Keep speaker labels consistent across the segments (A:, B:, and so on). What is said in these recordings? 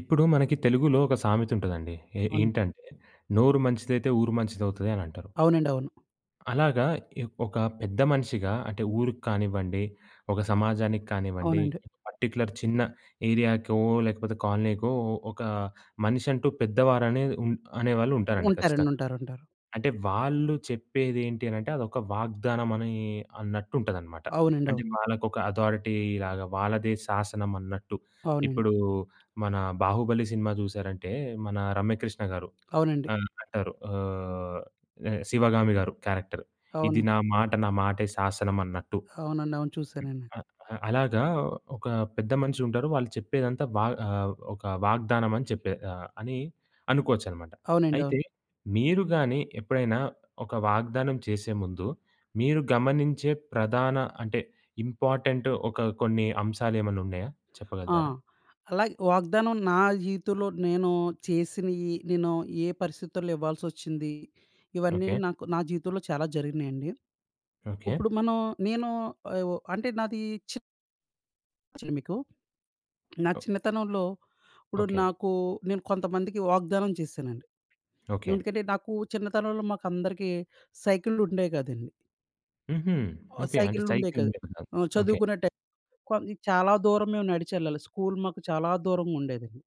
A: ఇప్పుడు మనకి తెలుగులో ఒక సామెత ఉంటదండి.
B: అవును.
A: ఏంటంటే, "నోరు మంచిదైతే ఊరు మంచిదవుతది" అని అంటారు.
B: అవునండి. అవును.
A: అలాగా ఒక పెద్ద మనిషిగా అంటే ఊరికి కానివ్వండి, ఒక సమాజానికి కానివ్వండి,
B: అవునండి.
A: పర్టిక్యులర్ చిన్న ఏరియాకో, లేకపోతే కాలనీకో ఒక మనిషంటూ పెద్దవారనే ఉన్ అనేవాళ్ళు ఉంటారండి
B: ఉంటారండి.
A: ఖచ్చితంగా.
B: ఉంటారు.
A: అంటే వాళ్ళు చెప్పేదేంటి అనంటే అదొక వాగ్దానం అని అన్నట్టు ఉంటదనమాట.
B: అవునండి. అవును.
A: అంటే వాళ్ళకొక అథారిటీ లాగా వాళ్ళదే శాసనం అన్నట్టు.
B: అవునండి.
A: ఇప్పుడు మన 'బాహుబలి' సినిమా చూసారంటే మన రమ్యకృష్ణ గారు
B: అవునండి.
A: అంటారు శివగామి గారు క్యారెక్టర్. ఇది
B: అవును.
A: నా మాట, నా మాటే శాసనం అన్నట్టు.
B: అవునండి. అవును. చూసానండి.
A: అ అ అలాగా ఒక పెద్ద మనిషుంటారు. వాళ్ళు చెప్పేదంతా ఒక వాగ్దానం అని అని అనుకోవచ్చనమాట.
B: అవునండి.
A: అయితే
B: అవును.
A: మీరు గాని ఎప్పుడైనా ఒక వాగ్దానం చేసే ముందు మీరు గమనించే ప్రధాన అంటే ఇంపార్టెంట్ ఒక కొన్ని అంశాలేమన్నా ఉన్నాయా?
B: ఆ!
A: చెప్పగలుగుతారా?
B: అలాగే వాగ్దానం నా జీవితంలో నేను చేసినయి, నేను ఏ పరిస్థితుల్లో ఇవ్వాల్సొచ్చింది, ఇవన్నీ
A: ఓకే.
B: నాకు నా జీవితంలో చాలా జరిగినాయండి.
A: ఓకే.
B: ఇప్పుడు మనం నేను అంటే నాది చిన్నదండి మీకు. నా
A: ఓ
B: చిన్నతనంలో ఇప్పుడు
A: ఓకే.
B: నాకు నేను కొంతమందికి వాగ్దానం చేశానండి.
A: ఓకే.
B: ఎందుకంటే నాకు చిన్నతనంలో మాకందరికీ సైకిల్లుండేవి కాదండి.
A: హుహు.
B: ఓహ్!
A: ఓకే. అంటే
B: సైకిలుండేయి
A: సైకిల్
B: కాదు.
A: ఉండే కదా! ఓకే.
B: చదువుకునే టైం కొం చాలా దూరం మేము నడిచెళ్ళాలి. స్కూల్ మాకు చాలా దూరంగా ఉండేదండి.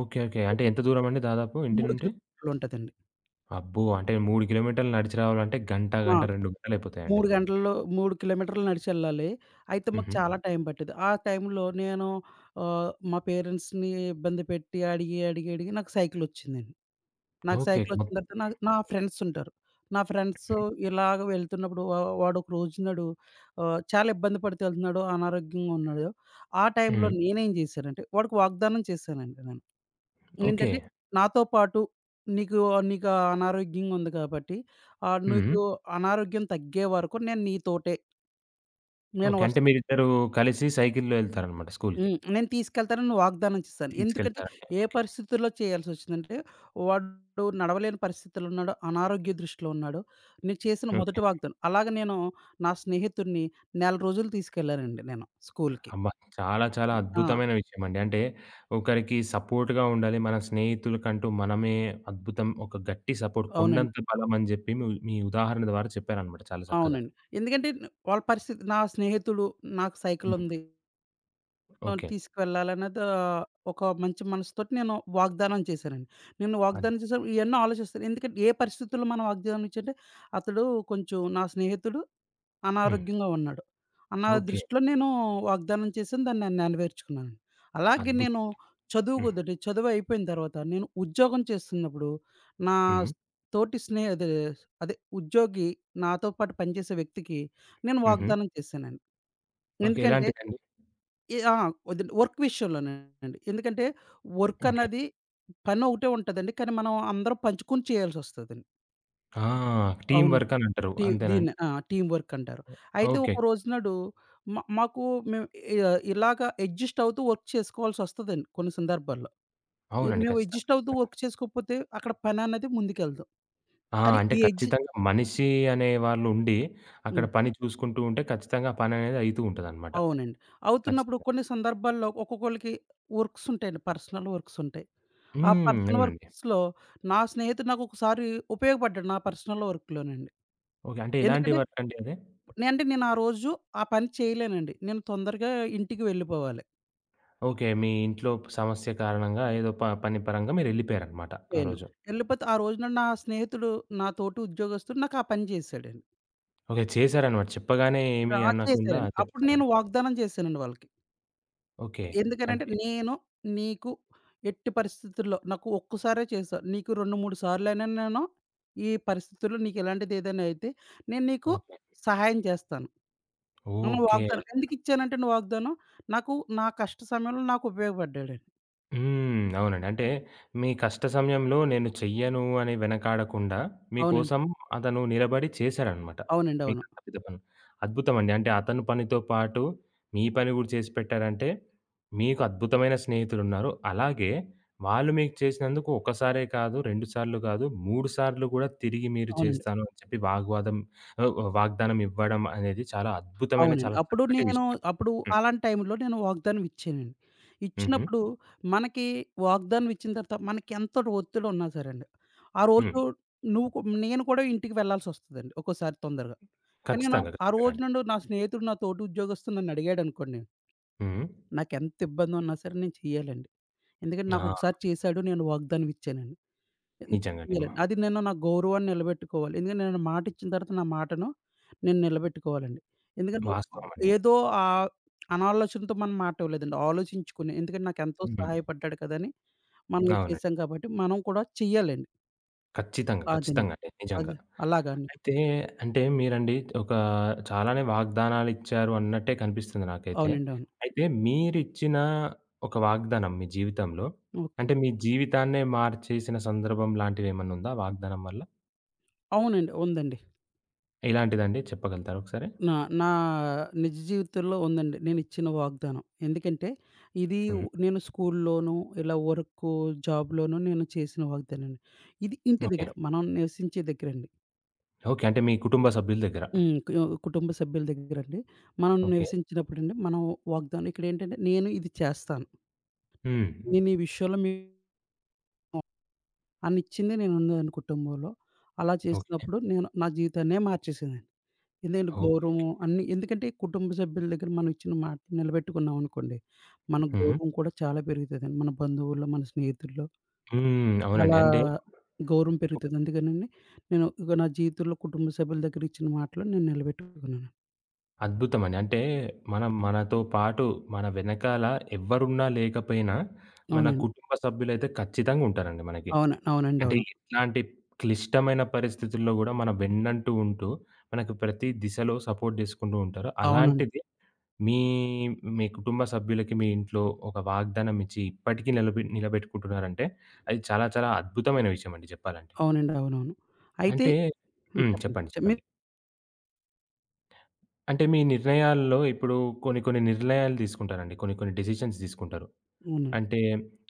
A: ఓకే. ఓకే. అంటే ఎంత దూరమండి దాదాపు ఇంటి
B: 3
A: నుండి?
B: కిలోమీటర్లుంటదండి.
A: అబ్బో! అంటే 3 కిలోమీటర్లు నడిచి రావాలంటే గంట,
B: ఆ!
A: గంట 2 గంటలయిపోతాయండి.
B: 3 గంటల్లో 3 కిలోమీటర్లు నడిచెళ్ళాలి. అయితే మాకు
A: హుహు.
B: చాలా టైం పట్టేది. ఆ టైంలో నేను మా పేరెంట్స్‌ని ఇబ్బంది పెట్టి అడిగి, అడిగి, అడిగి నాకు సైకిలొచ్చిందండి. నాకు
A: ఓకే. ఓకే.
B: సైకిలొచ్చిన తర్వాత నా నా ఫ్రెండ్సుంటారు. నా ఫ్రెండ్సు
A: హ్మ్.
B: ఇలాగ వెళ్తున్నప్పుడు వాడొక రోజునాడు చాలా ఇబ్బంది పడుతూ వెళ్తున్నాడు, అనారోగ్యంగా ఉన్నాడు. ఆ టైంలో
A: హ్మ్.
B: నేనేం జేశానంటే, వాడికి వాగ్దానం చేశానండి నేను.
A: ఓకే.
B: ఏంటంటే, నాతో పాటు నీకు నీకు ఆ అనారోగ్యంగా ఉంది కాబట్టి,
A: హ్మ్.
B: నీకు అనారోగ్యం తగ్గే వరకు నేను నీతోటే. నేను
A: ఓకే.
B: వస్
A: అంటే మీరిద్దరూ కలిసి సైకిల్‌లో ఎళ్తారనమాట స్కూలుకి.
B: హ్మ్. నేను తీసుకెళ్తానని వాగ్దానం చేశాను. ఎందుకంటే,
A: తీసుకెళ్తారండి.
B: ఏ
A: ఓకే.
B: పరిస్థితుల్లో చేయాల్సొచ్చిందంటే, వాడు నడవలేని పరిస్థితిలో ఉన్నాడు, అనారోగ్య దృష్టిలో ఉన్నాడు. నేను చేసిన
A: ఓకే.
B: మొదటి వాగ్దానం. అలాగ నేను నా స్నేహితుడిని నెల రోజులు తీసుకెళ్ళానండి నేను స్కూలుకి.
A: అబ్బా! చాలా చాలా
B: ఆ!
A: అద్భుతమైన విషయమండి. అంటే ఒకరికి సపోర్ట్‌గా ఉండాలి. మన స్నేహితులకంటూ మనమే అద్భుతం ఒక గట్టి సపోర్ట్
B: అవునండి.
A: కొండంత బలం అని జెప్పి మీ ఉదాహరణ ద్వారా చెప్పారనమాట చాలా చక్కగా.
B: అవునండి. ఎందుకంటే, వాళ్ళ పరిస్థితి నా స్నేహితుడు నాకు
A: హ్మ్.
B: సైకిలుంది అవును.
A: ఓకే.
B: తీసుకువెళ్ళాలన్నది ఒక మంచి మనసుతోటి నేను వాగ్దానం చేశానండి. నేను
A: అద్
B: వాగ్దానం చేశాను ఇయన్నీ ఆలోచిస్తాను. ఎందుకంటే ఏ పరిస్థితుల్లో మనం వాగ్దానం ఇచ్చాంటే, అతడు కొంచెం నా స్నేహితుడు
A: హ్మ్.
B: అనారోగ్యంగా ఉన్నాడు. అన్న
A: ఓకే.
B: దృష్టిలో నేను వాగ్దానం చేశాను. దాన్ని నేను నెరవేర్చుకున్నానండి. అలాగే
A: అద్భుత
B: నేను
A: హ్మ్.
B: చదువు అయిపోయిన తర్వాత నేను ఉద్యోగం చేస్తున్నప్పుడు నా
A: హ్మ్.
B: తోటి స్నేహి అదే అదే ఉద్యోగి నాతో పాటు పనిచేసే వ్యక్తికి నేను
A: హుహు.
B: వాగ్దానం చేశానండి.
A: ఓకే.
B: ఎందుకంటే
A: ఎలాంటిదండి?
B: ఏ ఆ! వద్దండి. వర్క్ విషయంలోనేనండి. ఎందుకంటే వర్క్
A: ఓకే.
B: అన్నది పనొకటే ఉంటదండి. కానీ మనం అందరం పంచుకొని చేయాల్సొస్తదండి.
A: ఆ! టీమ్
B: అవును.
A: వర్క్ అనంటారు. అంతేనా
B: దీన్ని
A: అండి?
B: ఆ! టీమ్ వర్క్ అంటారు. అయితే ఒక
A: ఓకే.
B: రోజు నాడు మాకు మేము ఇలాగ అడ్జస్ట్ అవుతూ వర్క్ చేసుకోవాల్సొస్తదండి కొన్ని సందర్భాల్లో. ఈ
A: అవునండి.
B: మేము
A: ఖచ్చితంగా.
B: అడ్జస్ట్ అవుతూ వర్క్ చేసుకోకపోతే అక్కడ పనన్నది ముందుకెళ్ళదు.
A: ఆ!
B: కానీ
A: అంటే
B: ఈ అడ్జి
A: ఖచ్చితంగా మనిషి అనే వాళ్ళుండి, అక్కడ
B: హ్మ్.
A: పని చూసుకుంటూ ఉంటే ఖచ్చితంగా ఆ పననేది అయితూ ఉంటదనమాట.
B: అవునండి. అవుతున్నప్పుడు
A: ఖచ్చితంగా.
B: కొన్ని సందర్భాల్లో ఒక్కొక్కళ్ళకి వర్క్స్ ఉంటాయండి. పర్సనల్ వర్క్స్ ఉంటాయి. ఆ
A: హ్మ్.
B: పర్సనల్
A: అవునండి.
B: వర్క్స్‌లో నా స్నేహితుడు నాకొకసారి ఉపయోగపడ్డాడు నా పర్సనల్ వర్క్‌లోనండి.
A: ఓకే. అంటే ఎలాంటి
B: ఎందుకంటే
A: వర్కండి అది?
B: నేను ఆ రోజు ఆ పని చేయలేనండి. నేను తొందరగా ఇంటికి వెళ్ళిపోవాలి.
A: ఓకే. మీ ఇంట్లో సమస్య కారణంగా ఏదో పని పరంగా మీరెళ్ళిపోయారనమాట ఆ
B: నేను
A: రోజు.
B: వెళ్ళిపోతే ఆ రోజున నా స్నేహితుడు, నా తోటి ఉద్యోగస్తుడు నాకు ఆ పని చేశాడండి.
A: ఓకే. చేశారనమాట. చెప్పగానే ఏమి
B: ఆ!
A: అనకుండా
B: చేశారండి. అప్పుడు నేను
A: చెప్పేసారనమాట.
B: వాగ్దానం చేశానండి వాళ్ళకి.
A: ఓకే.
B: ఎందుకనంటే
A: అంటే
B: నేను నీకు ఎట్టి పరిస్థితుల్లో నాకు ఒక్కసారే చేశావు. నీకు 2, 3 సార్లైనా నేను ఈ పరిస్థితుల్లో నీకు ఇలాంటిదేదైనా అయితే నేను నీకు
A: ఓకే.
B: సహాయం చేస్తాను. నేను
A: ఓకే.
B: వాగ్దానం ఎందుకిచ్చానంటే అండి వాగ్దానం, నాకు నా కష్ట సమయంలో నాకు ఉపయోగపడ్డాడండి.
A: హ్మ్. అవునండి. అంటే మీ కష్ట సమయంలో నేను చెయ్యను అని వెనకాడకుండా
B: అవునండి.
A: మీకోసం అతను నిలబడి చేశారనమాట.
B: అవునండి. అవును.
A: మీకంత పెద్ద పని. అద్భుతమండి. అంటే అతని పనితో పాటు మీ పని గూడా చేసి పెట్టారంటే మీకు అద్భుతమైన స్నేహితులున్నారు. అలాగే వాళ్ళు మీకు చేసినందుకు ఒకసారే కాదు, 2 సార్లు కాదు, 3 సార్లు గూడా తిరిగి మీరు
B: అవునండి.
A: చేస్తాను అని చెప్పి ఆహ్, వాగ్దానం ఇవ్వడం అనేది చాలా అద్భుతమైన
B: అవునండి.
A: చాలా
B: అప్పుడు
A: చక్కటి
B: నేను
A: విషయం అండి.
B: అప్పుడు
A: హ్మ్.
B: అలాంటి టైంలో నేను వాగ్దానం ఇచ్చానండి.
A: హుహు.
B: ఇచ్చినప్పుడు మనకి వాగ్దానం ఇచ్చిన తర్వాత మనకెంతటి ఒత్తిడున్నా సరేండి, ఆ
A: హ్మ్.
B: రోజు నువ్వు కు నేను కూడా ఇంటికి వెళ్ళాల్సొస్తదండి ఒక్కోసారి తొందరగా. కానీ నేను
A: ఖచ్చితంగా.
B: ఆ
A: ఖచ్చితంగా
B: రోజు
A: అండి.
B: నుండి నా స్నేహితుడు, నా తోటి ఉద్యోగస్తుడు నన్నడిగాడనుకోండి,
A: హ్మ్.
B: నాకెంత ఇబ్బందున్నా సరే నేను చేయాలండి. ఎందుకంటే
A: ఆ!
B: నాకొకసారి చేశాడు, నేను వాగ్దానం ఇచ్చానండి.
A: నిజంగండి.
B: చేయాలండి. అది నేను నా గౌరవాన్ని నిలబెట్టుకోవాలి. ఎందుకంటే నేను మాట ఇచ్చిన తర్వాత నా మాటను నేను నిలబెట్టుకోవాలండి. ఎందుకంటే
A: వాస్తవమండి.
B: ఏదో ఆహ్, అనాలోచనతో మనం మాట ఇవ్వలేదండి. ఆలోచించుకుని ఎందుకంటే నాకెంతో
A: హ్మ్. హ్మ్.
B: సహాయపడ్డాడు కదని మనం
A: అవునండి.
B: చేసాం కాబట్టి మనం కూడా చెయ్యాలండి.
A: ఖచ్చితంగా.
B: అదండి.
A: ఖచ్చితంగా అండి. నిజంగా.
B: అది అలాగా అండి.
A: అయితే అంటే మీరండి ఒక చాలానే వాగ్దానాలిచ్చారు అన్నట్టే కనిపిస్తుంది నాకైతే.
B: అవునండి. అవును.
A: అయితే మీరిచ్చిన ఒక వాగ్దానం మీ జీవితంలో,
B: ఓకే అండి.
A: అంటే మీ జీవితాన్నే మార్చేసిన సందర్భం లాంటివేమన్నుందా వాగ్దానం వల్ల?
B: అవునండి. ఉందండి.
A: ఎలాంటిదండి చెప్పగలుగుతారా ఒకసారి?
B: నా నా నిజ జీవితంలో ఉందండి. నేనిచ్చిన వాగ్దానం. ఎందుకంటే,
A: హ్మ్.
B: నేను స్కూల్లోనూ, ఇలా వర్కు, జాబ్‌లోనూ నేను చేసిన వాగ్దానం అండి. ఇది ఇంటి
A: ఓకే.
B: దగ్గర, మనం నివసించే దగ్గరండి.
A: ఓకే. అంటే మీ కుటుంబ సభ్యుల దగ్గర.
B: హ్మ్. కుటుంబ సభ్యుల దగ్గరండి. మనం
A: ఓకే.
B: నివసించినప్పుడండి, మనం వాగ్దానం ఇక్కడేంటంటే, నేను ఇది చేస్తాను.
A: హ్మ్.
B: నేను ఈ విషయంలో మీకు అని ఇచ్చింది నేనున్నాను కుటుంబంలో. అలా
A: ఓకే.
B: చేసినప్పుడు నేను నా జీవితాన్నే మార్చేసాను. ఎందుకంటే గౌరవం
A: ఓకే.
B: అన్నీ ఎందుకంటే కుటుంబ సభ్యుల దగ్గర మనం ఇచ్చిన మాట నిలబెట్టుకున్నాం అనుకోండి, మన
A: హ్మ్.
B: గౌరవం కూడా చాలా పెరుగుతదండి. మన బంధువుల్లో, మన స్నేహితుల్లో
A: హ్మ్. అవునండి.
B: చాలా
A: అంటే
B: గౌరవం పెరుగుతది. అందుకనండి నేను ఇగో నా జీవితంలో కుటుంబ సభ్యుల దగ్గర ఇచ్చిన మాటలు నేను నిలబెట్టుకున్నాను.
A: అద్భుతమండి. అంటే మనం మనతో పాటు మన వెనకాల ఎవ్వరున్నా లేకపోయినా, మన
B: అవునండి.
A: కుటుంబ సభ్యులైతే ఖచ్చితంగా ఉంటారండి మనకి.
B: అవును. అవునండి.
A: అంటే
B: అవును.
A: ఎట్లాంటి క్లిష్టమైన పరిస్థితుల్లో గూడా మన వెన్నంటూ ఉంటూ, మనకు ప్రతి దిశలో సపోర్ట్ జేసుకుంటూ ఉంటారు.
B: అవునండి.
A: అలాంటిది మీ, మీ కుటుంబ సభ్యులకి మీ ఇంట్లో ఒక వాగ్దానం ఇచ్చి ఇప్పటికీ నిలబెట్టుకుంటున్నారంటే, అది చాలా చాలా అద్భుతమైన విషయమండి జెప్పాలంటే.
B: అవునండి. అవునవును. అయితే
A: అంటే
B: హ్మ్.
A: హ్మ్.
B: చెప్పండి.
A: చెప్పండి.
B: చె
A: చెప్పండి.
B: మీరు
A: అంటే మీ నిర్ణయాల్లో ఇప్పుడు కొన్ని కొన్ని నిర్ణయాలు తీసుకుంటారండి. కొన్ని కొన్ని డెసిషన్స్ తీసుకుంటారు.
B: అవునండి.
A: అంటే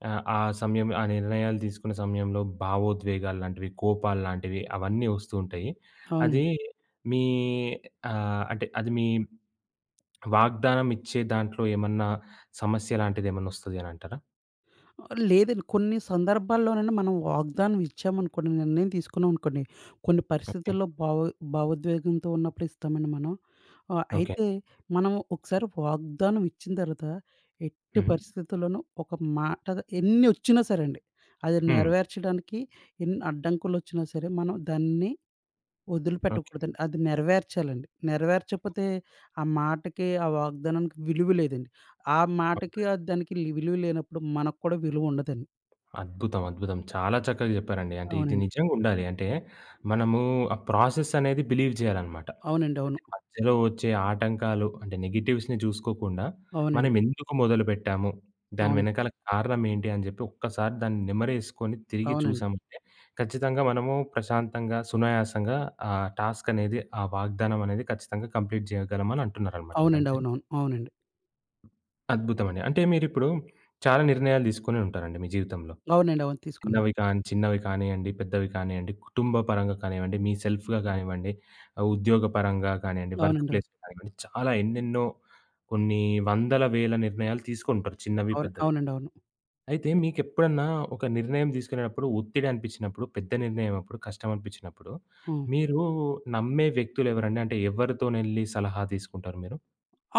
A: ఆ సమయం ఆ నిర్ణయాలు తీసుకునే సమయంలో భావోద్వేగాలు లాంటివి, కోపాలు లాంటివి అవన్నీ వస్తూ ఉంటాయి. అది
B: అవునండి.
A: మీ ఆహ్, అంటే అది మీ వాగ్దానం ఇచ్చే దాంట్లో ఏమన్నా సమస్య లాంటిదేమన్నా వస్తది అని అంటారా?
B: లేదండి. కొన్ని సందర్భాల్లోనండి మనం వాగ్దానం ఇచ్చామనుకోండి, నిర్ణయం తీసుకున్నామనుకోండి, కొన్ని
A: ఓకే.
B: పరిస్థితుల్లో భావోద్వేగంతో ఉన్నప్పుడు ఇస్తామండి మనం.
A: ఓకే.
B: అయితే మనం ఒకసారి వాగ్దానం ఇచ్చిన తర్వాత ఎట్టి
A: హ్మ్.
B: పరిస్థితుల్లోనూ ఒక మాట ఎన్ని ఒచ్చినా సరే అండి, అది
A: హ్మ్.
B: నెరవేర్చడానికి ఎన్ని అడ్డంకులొచ్చినా సరే మనం దాన్ని
A: ఓకే.
B: వదిలిపెట్టకూడదండి. అది నెరవేర్చాలండి. నెరవేర్చకపోతే ఆ మాటకి, ఆ వాగ్దానానికి విలువ లేదండి. ఆ మాటకి, ఆ దానికి విలువ లేనప్పుడు మనకు కూడా విలువ ఉండదండి.
A: అద్భుతం. అద్భుతం. చాలా చక్కగా చెప్పారండి. అంటే ఇది
B: అవునండి.
A: నిజంగుండాలి. అంటే మనము ఆ ప్రాసెస్ అనేది బిలీవ్ చేయాలనమాట.
B: అవునండి. అవును.
A: అంటే మధ్యలో వచ్చే ఆటంకాలు అంటే నెగెటివ్స్‌ని చూసుకోకుండా మనం
B: అవునండి.
A: ఎందుకు మొదలుపెట్టాము? దాని
B: అవును.
A: వెనకాల కారణం ఏంటి? అని చెప్పి ఒక్కసారి దాన్ని నిమరేసుకొని తిరిగి
B: అవునండి.
A: చూసామంటే ఖచ్చితంగా మనము ప్రశాంతంగా, సునాయాసంగా ఆ టాస్క్ అనేది, ఆ వాగ్దానం అనేది ఖచ్చితంగా కంప్లీట్ చేయగలమని అంటున్నారనమాట మీరు.
B: అవునండి.
A: అంతేనా?
B: అవునవును. అవునండి.
A: అద్భుతమండి. అంటే మీరిప్పుడు చాలా నిర్ణయాలు తీసుకొని ఉంటారండి మీ జీవితంలో.
B: అవునండి. అవును. తీసుకున్నా.
A: చిన్నవి కానియండి, పెద్దవి కానియండి, కుటుంబ పరంగా కానివ్వండి, మీ సెల్ఫ్‌గా కానివ్వండి, ఉద్యోగ పరంగా కానియండి, వర్క్
B: అవునండి. అవును.
A: ప్లేస్‌లో కానివ్వండి, చాలా ఎన్నెన్నో కొన్ని వందల, వేల నిర్ణయాలు తీసుకుంటారు చిన్నవి,
B: అవును.
A: పెద్దవి.
B: అవునండి. అవును.
A: అయితే మీకెప్పుడన్నా ఒక నిర్ణయం తీసుకునేటప్పుడు ఒత్తిడి అనిపించినప్పుడు, పెద్ద నిర్ణయం అప్పుడు, కష్టం అనిపించినప్పుడు,
B: హ్మ్.
A: మీరు నమ్మే వ్యక్తులెవరండి? అంటే ఎవరితోనెళ్లి సలహా తీసుకుంటారు మీరు?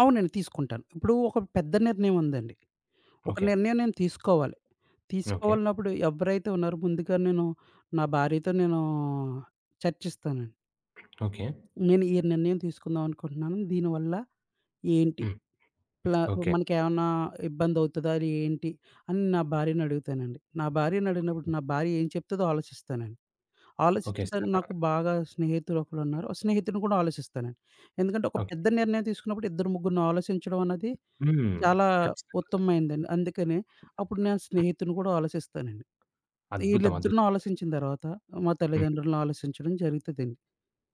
B: అవునండి. తీసుకుంటాను. ఇప్పుడు ఒక పెద్ద నిర్ణయం ఉందండి. ఒక
A: ఓకే.
B: నిర్ణయం నేను తీసుకోవాలి.
A: ఓకే.
B: తీసుకోవాలన్నప్పుడు ఎవరైతే ఉన్నారో ముందుగా నేను నా భార్యతో నేను చర్చిస్తానండి.
A: ఓకే.
B: నేను ఈ నిర్ణయం తీసుకుందాం అనుకుంటున్నాను. దీనివల్ల ఏంటి?
A: హ్మ్.
B: ప్లా
A: ఓకే.
B: మనకేమన్నా ఇబ్బందవుతదా? అది ఏంటి? అని నా భార్యనడుగుతానండి. నా భార్యనడిగినప్పుడు నా భార్య ఏం చెప్తదో ఆలోచిస్తానండి.
A: ఓకే.
B: ఆలోచించి తను నాకు బాగా స్నేహితులు ఒకళ్ళున్నారు. స్నేహితుడిని కూడా ఆలోచిస్తానండి. ఎందుకంటే ఒక
A: ఓకే.
B: పెద్ద నిర్ణయం తీసుకున్నప్పుడు ఇద్దరు ముగ్గురిని ఆలోచించడం అన్నది
A: హ్మ్.
B: చాలా
A: ఖచ్చితంగా.
B: ఉత్తమమైనదండి. అందుకనే అప్పుడు నేను స్నేహితుడిని కూడా ఆలోచిస్తానండి.
A: అద్భుతం.
B: వీళ్ళిద్దరిని
A: అద్భుతం.
B: ఆలోచించిన తర్వాత మా
A: హ్మ్.
B: తల్లిదండ్రులను ఆలోచించడం జరుగుతదండి.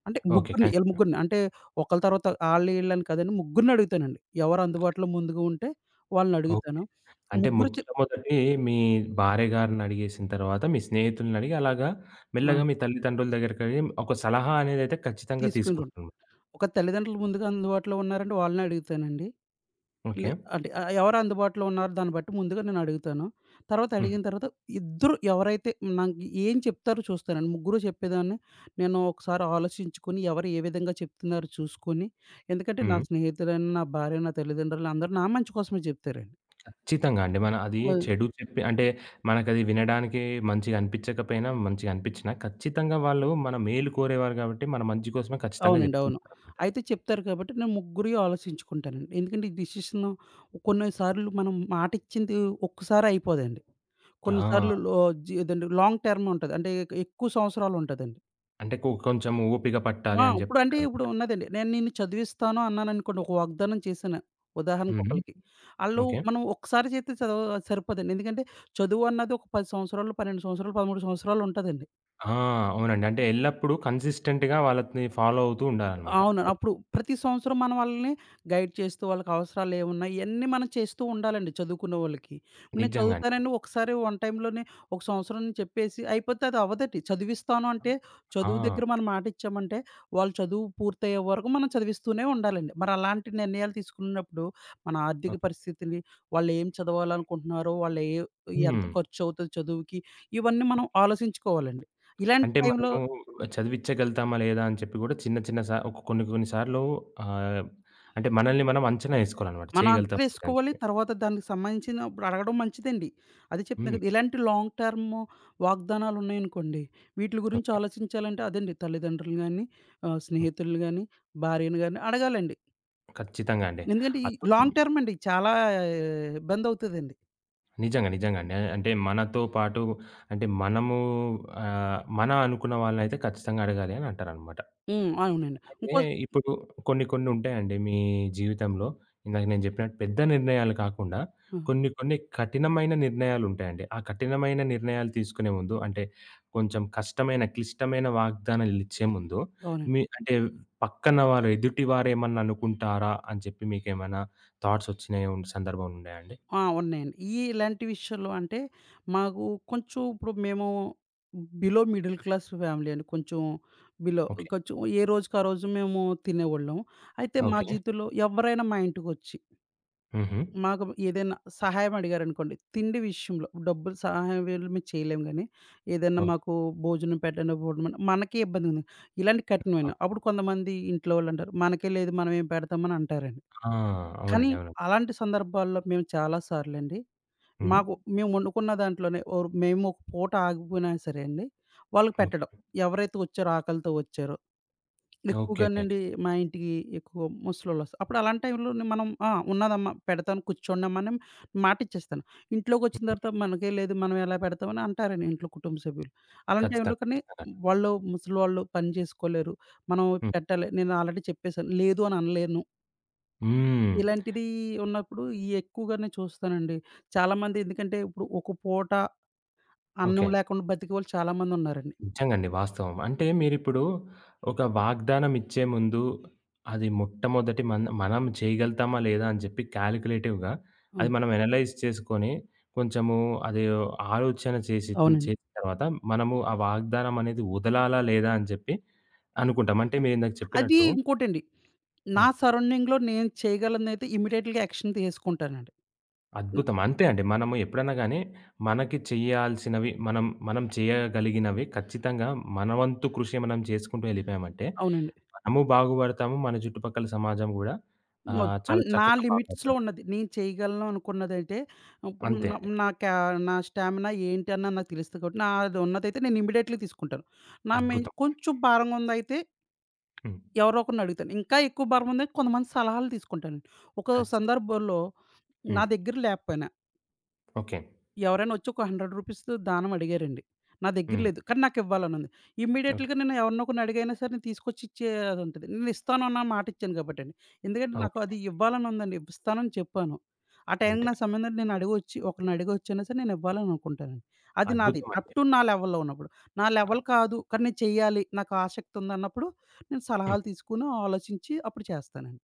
B: అంటే
A: ఓకే. థాంక్స్.
B: ముగ్గురిని. అంటే ఒకళ్ళ తర్వాత ఆళ్ళు ఈళ్ళని కాదండి. ముగ్గురిని అడుగుతానండి. ఎవరు అందుబాటులో ముందుగా ఉంటే
A: ఓకే.
B: వాళ్ళనడుగుతాను.
A: అంటే
B: ముగ్గురు చె
A: మొట్టమొదటి మీ భార్య గారినడిగేసిన తర్వాత, మీ స్నేహితులనడిగి అలాగా
B: ఆ!
A: మెల్లగా మీ తల్లిదండ్రుల దగ్గరికెళ్ళి ఒక సలహా అనేదైతే ఖచ్చితంగా
B: తీసుకుంటుంటా.
A: తీసుకుంటారనమాట.
B: ఒక తల్లిదండ్రులు ముందుగా అందుబాటులో ఉన్నారంటే వాళ్ళనే అడుగుతానండి.
A: ఓకే.
B: లే అంటే ఎవరు అందుబాటులో ఉన్నారో దాన్ని బట్టి ముందుగా నేను అడుగుతాను. తర్వాత
A: హ్మ్.
B: అడిగిన తర్వాత ఇద్దరు ఎవరైతే నాకు ఏం చెప్తారో చూస్తానండి. ముగ్గురు చెప్పేదాన్ని నేను ఒకసారి ఆలోచించుకొని ఎవరు ఏ విధంగా చెప్తున్నారో చూసుకొని ఎందుకంటే నా
A: హ్మ్.
B: స్నేహితులైన, నా భార్య, నా తల్లిదండ్రులు అందరూ నా మంచి కోసమే చెప్తారండి.
A: ఖచ్చితంగా అండి. మన అది
B: ఆ!
A: చెడు చెప్పి అంటే మనకది వినడానికి మంచిగా అనిపించకపోయినా, మంచిగా అనిపించినా ఖచ్చితంగా వాళ్ళు మన మేలు కోరేవారు కాబట్టి, మన మంచి కోసమే ఖచ్చితంగా
B: అవునండి. అవును.
A: చెప్తుంటారనమాట.
B: అయితే చెప్తారు కాబట్టి నేను ముగ్గురియి ఆలోచించుకుంటానండి. ఎందుకంటే ఈ డెసిషను కొన్నిసార్లు మనం మాటిచ్చింది ఒక్కసారి అయిపోదండి.
A: ఆ!
B: కొన్నిసార్లు లో జీ అదండి లాంగ్ టర్మ్ ఉంటది. అంటే ఎక్కువ సంవత్సరాలు ఉంటదండి.
A: అంటే కొంచెం ఓపిక పట్టాలి
B: ఆ!
A: అని చెప్పి
B: ఇప్పుడంటే ఇప్పుడు
A: అంటారనమాట.
B: ఉన్నదండి. నేను నిన్ను చదివిస్తాను అన్నాననుకోండి. ఒక వాగ్దానం చేశాను ఉదాహరణకు
A: హ్మ్.
B: ఒకళ్ళకి. ఆళ్ళు
A: ఓకే.
B: మనం ఒక్కసారి చేస్తే చదవ సరిపోదండి. ఎందుకంటే చదువు అన్నది ఒక 10 సంవత్సరాలు, 12 సంవత్సరాలు, 13 సంవత్సరాలు ఉంటదండి.
A: ఆ! అవునండి. అంటే ఎల్లప్పుడూ కన్సిస్టెంట్‌గా వాళ్ళని ఫాలో అవుతూ ఉండాలనమాట.
B: అవును. అప్పుడు ప్రతి సంవత్సరం మనం వాళ్ళని గైడ్ చేస్తూ, వాళ్ళకి అవసరాలేమున్నాయి, ఇయన్నీ మనం చేస్తూ ఉండాలండి చదువుకునే వాళ్ళకి. నేను
A: నిజంగానే.
B: చదువుతానని ఒకసారి వన్ టైమ్‌లోనే ఒక సంవత్సరం అని చెప్పేసి అయిపోతే అది అవ్వదండి. చదివిస్తాను అంటే,
A: ఆ!
B: చదువు దగ్గర మనం మాటిచ్చామంటే, వాళ్ళు చదువు పూర్తయ్యే వరకు మనం చదివిస్తూనే ఉండాలండి. మరలాంటి నిర్ణయాలు తీసుకున్నప్పుడు, మన ఆర్థిక
A: ఓకే.
B: పరిస్థితిని, వాళ్ళేం చదవాలనుకుంటున్నారో, వాళ్ళు ఏ ఎంత
A: హ్మ్.
B: ఖర్చవుతది చదువుకి, ఇవన్నీ మనం ఆలోచించుకోవాలండి. ఇలాంటి
A: అంటే
B: టైంలో
A: మనము చదివిచ్చగలుగుతామా లేదా అని చెప్పి కూడా చిన్న చిన్న సా ఒక కొన్ని కొన్ని సార్లు ఆహ్, అంటే మనల్ని మనం అంచనా ఏసుకోవాలనమాట.
B: మనం అంచనా
A: చేయగలుగుతామా లేదా అని
B: ఏసుకోవాలి.
A: చెప్పి.
B: తర్వాత దానికి సంబంధించిన ఇప్పుడు అడగడం మంచిదండి. అదే చెప్తున్నా
A: హ్మ్.
B: కదా! ఇలాంటి లాంగ్ టర్మ్ వాగ్దానాలు ఉన్నాయనుకోండి, వీటిలి గురించి
A: ఓకే.
B: ఆలోచించాలంటే అదండి తల్లిదండ్రులు గాని, స్నేహితులు గాని, భార్యను గాని అడగాలండి.
A: ఖచ్చితంగా అండి.
B: ఎందుకంటే ఈ
A: అద్భుతం.
B: లాంగ్ టర్మ్ అండి. చాలా ఇబ్బందవుతదండి.
A: నిజంగా, నిజంగా అండి. అంటే మనతో పాటు అంటే మనము మన అనుకున్న వాళ్ళనైతే ఖచ్చితంగా అడగాలి అని అంటారనమాట.
B: హ్మ్. అవునండి.
A: అయితే
B: ఇంకో
A: ఇప్పుడు కొన్ని కొన్ని ఉంటాయండి మీ జీవితంలో. ఇందాక నేను జెప్పినట్టు పెద్ద నిర్ణయాలు కాకుండా
B: ఆ!
A: కొన్ని కొన్ని కఠినమైన నిర్ణయాలు ఉంటాయండి. ఆ కఠినమైన నిర్ణయాలు తీసుకునే ముందు అంటే కొంచెం కష్టమైన, క్లిష్టమైన వాగ్దానాలిచ్చే ముందు
B: అవునండి.
A: మీ అంటే పక్కన వారు ఎదుటి వారేమన్నా అనుకుంటారా అని చెప్పి మీకేమైనా థాట్స్ వచ్చిన ఉన్ సందర్భం ఉన్నాయా అండి?
B: ఆ! ఉన్నాయండి. ఈ ఇలాంటి విషయాల్లో అంటే మాకు కొంచెం ఇప్పుడు మేము బిలో మిడిల్ క్లాస్ ఫ్యామిలీ అండి. Below
A: okay.
B: కొంచెం ఏ రోజుకి ఆ రోజు మేము తినేవాళ్ళం. అయితే మా
A: ఓకే.
B: జీవితంలో ఎవరైనా మా ఇంటికొచ్చి
A: హుహు.
B: మాకు ఏదైనా సహాయం అడిగారనుకోండి, తిండి విషయంలో డబ్బులు సహాయం వీళ్ళు మేము చేయలేము గానీ, ఏదైనా
A: ఓకే.
B: మాకు భోజనం పెట్టండి, భోజనం మనకే ఇబ్బంది ఉంది. ఇలాంటి
A: ఆ!
B: కఠినమైన అప్పుడు కొంతమంది ఇంట్లో వాళ్ళంటారు, "మనకే లేదు మనమేం పెడతామని" అంటారండి.
A: ఆ!
B: కానీ
A: అవునండి. అవునండి.
B: అలాంటి సందర్భాల్లో మేము చాలా సార్లండి
A: హ్మ్.
B: మాకు మేము వండుకున్న దాంట్లోనే మేము ఒక పూట ఆగిపోయినా సరే అండి, వాళ్ళకి
A: ఓకే.
B: పెట్టడం. ఎవరైతే వచ్చారో ఆకలితో వచ్చారో.
A: ఓకే. ఓకే.
B: ఎక్కువగానండి మా ఇంటికి ఎక్కువ ముసలోళ్ళొస్తారు. అప్పుడు అలాంటి టైంలోనే మనం ఆ! ఉన్నదమ్మా పెడతాను కూర్చోండమ్మని మాటిచ్చేస్తాను. ఇంట్లోకొచ్చిన తర్వాత
A: హ్మ్.
B: మనకే లేదు మనం ఎలా పెడతామని అంటారండి ఇంట్లో కుటుంబ సభ్యులు. అలాంటి టైంలో
A: ఖచ్చితంగా.
B: కానీ
A: ఖచ్చితంగా.
B: వాళ్ళు ముసలోళ్ళు పని చేసుకోలేరు. మనం
A: హ్మ్.
B: పెట్టాలి. నేను ఆల్రెడీ చెప్పేసాను. లేదు అని అనలేను.
A: హ్మ్.
B: ఇలాంటిది ఉన్నప్పుడు ఇయి ఎక్కువగా నేను చూస్తానండి. చాలామంది ఎందుకంటే ఇప్పుడు ఒక పూట అన్నం
A: ఓకే.
B: లేకుండా బతికేవాళ్ళు చాలామందున్నారండి.
A: నిజంగండి. వాస్తవం. అంటే మీరిప్పుడు ఒక వాగ్దానం ఇచ్చే ముందు అది మొట్టమొదటి మన మనం చేయగలుగుతామా లేదా అని చెప్పి కాలిక్యులేటివ్‌గా అది
B: హ్మ్.
A: మనం అనలైజ్ చేసుకొని కొంచెము అది ఆలోచన చేసి
B: అవునండి.
A: చేసిన తర్వాత మనము ఆ వాగ్దానం అనేది వదలాలా లేదా అని చెప్పి అనుకుంటాం. అంటే మీరిందాక
B: అది
A: చెప్పినట్టు
B: ఇంకోటండి. నా
A: హ్మ్.
B: సరౌండింగ్‌లో నేను చేయగలనైతే ఇమ్మీడియేట్‌గా యాక్షన్ తీసుకుంటానండి. హ్మ్.
A: అద్భుతం. అంతే అండి. మనము ఎప్పుడన్నా గాని మనకి చేయాల్సినవి మనం, మనం చేయగలిగినవి ఖచ్చితంగా మన వంతు కృషి మనం చేసుకుంటూ ఎళ్ళిపోయామంటే
B: అవునండి.
A: మనము బాగుపడతాము. మన చుట్టుపక్కల సమాజం గూడా
B: హ్మ్.
A: చాలా
B: నా
A: చక్కగా
B: లిమిట్స్‌లో
A: బాగుపడతారండి.
B: ఉన్నది. నేను చేయగలను అనుకున్నదైతే ఇప్పుడు
A: అంతే
B: న
A: అండి.
B: నా క్యా నా స్టామినా ఏంటి అన్నది నాకు తెలుస్తది కాబట్టి నాది ఉన్నదైతే నేను ఇమ్మీడియేట్‌లీ తీసుకుంటాను. నా మెయిన్
A: అద్భుతం.
B: కొంచెం భారంగా ఉందయితే
A: హ్మ్.
B: ఎవరో ఒకరిని అడుగుతాను. ఇంకా ఎక్కువ భారం ఉందంటే కొంతమంది సలహాలు తీసుకుంటానండి. ఒక
A: ఖచ్చితంగా.
B: సందర్భంలో నా
A: హ్మ్.
B: దగ్గర లేకపోయినా
A: ఓకే.
B: ఎవరైనా వచ్చి ఒక రూ. 100 దానం అడిగారండి. నా దగ్గర
A: హ్మ్.
B: లేదు. కానీ నాకివ్వాలని ఉంది.
A: ఓకే.
B: ఇమ్మీడియేట్‌గా నేను ఎవరినో ఒకరిని అడిగైనా సరే నేను తీసుకొచ్చి ఇచ్చే అది ఉంటది. నేను ఇస్తాను అన్న మాట ఇచ్చాను కాబట్టండి. ఎందుకంటే నాకు
A: ఓకే.
B: అది ఇవ్వాలని ఉందండి. ఇస్తానని చెప్పాను. ఆ టైంకి
A: అంటే
B: నా సమయంలో నేను అడిగొచ్చి ఒకరిని అడిగొచ్చైనా సరే నేను ఇవ్వాలని అనుకుంటానండి. అది నాది. అప్
A: అద్భుతమండి.
B: టు నా లెవెల్‌లో ఉన్నప్పుడు. నా
A: అ
B: లెవెల్ కాదు కానీ నేను చెయ్యాలి, నాకు ఆసక్తి ఉందన్నప్పుడు నేను
A: హ్మ్.
B: సలహాలు తీసుకొని ఆలోచించి అప్పుడు చేస్తానండి.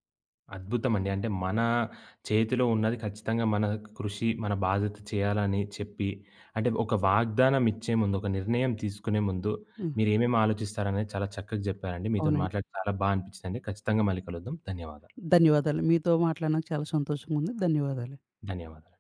A: అద్భుతమండి. అంటే మన చేతిలో ఉన్నది ఖచ్చితంగా మన కృషి, మన బాధ్యత చేయాలని చెప్పి, అంటే ఒక వాగ్దానం ఇచ్చే ముందు, ఒక నిర్ణయం తీసుకునే ముందు
B: హ్మ్.
A: మీరేమేమి ఆలోచిస్తారనేది చాలా చక్కగా జెప్పారండి. మీతోని
B: అవునండి.
A: మాట్లాడి చాలా బా అనిపించిందండి. ఖచ్చితంగా మళ్ళీ కలుద్దాం. ధన్యవాదాలు.
B: ధన్యవాదాలు. మీతో మాట్లాడినందుకు చాలా సంతోషంగా ఉంది. ధన్యవాదాలు.
A: ధన్యవాదాలు.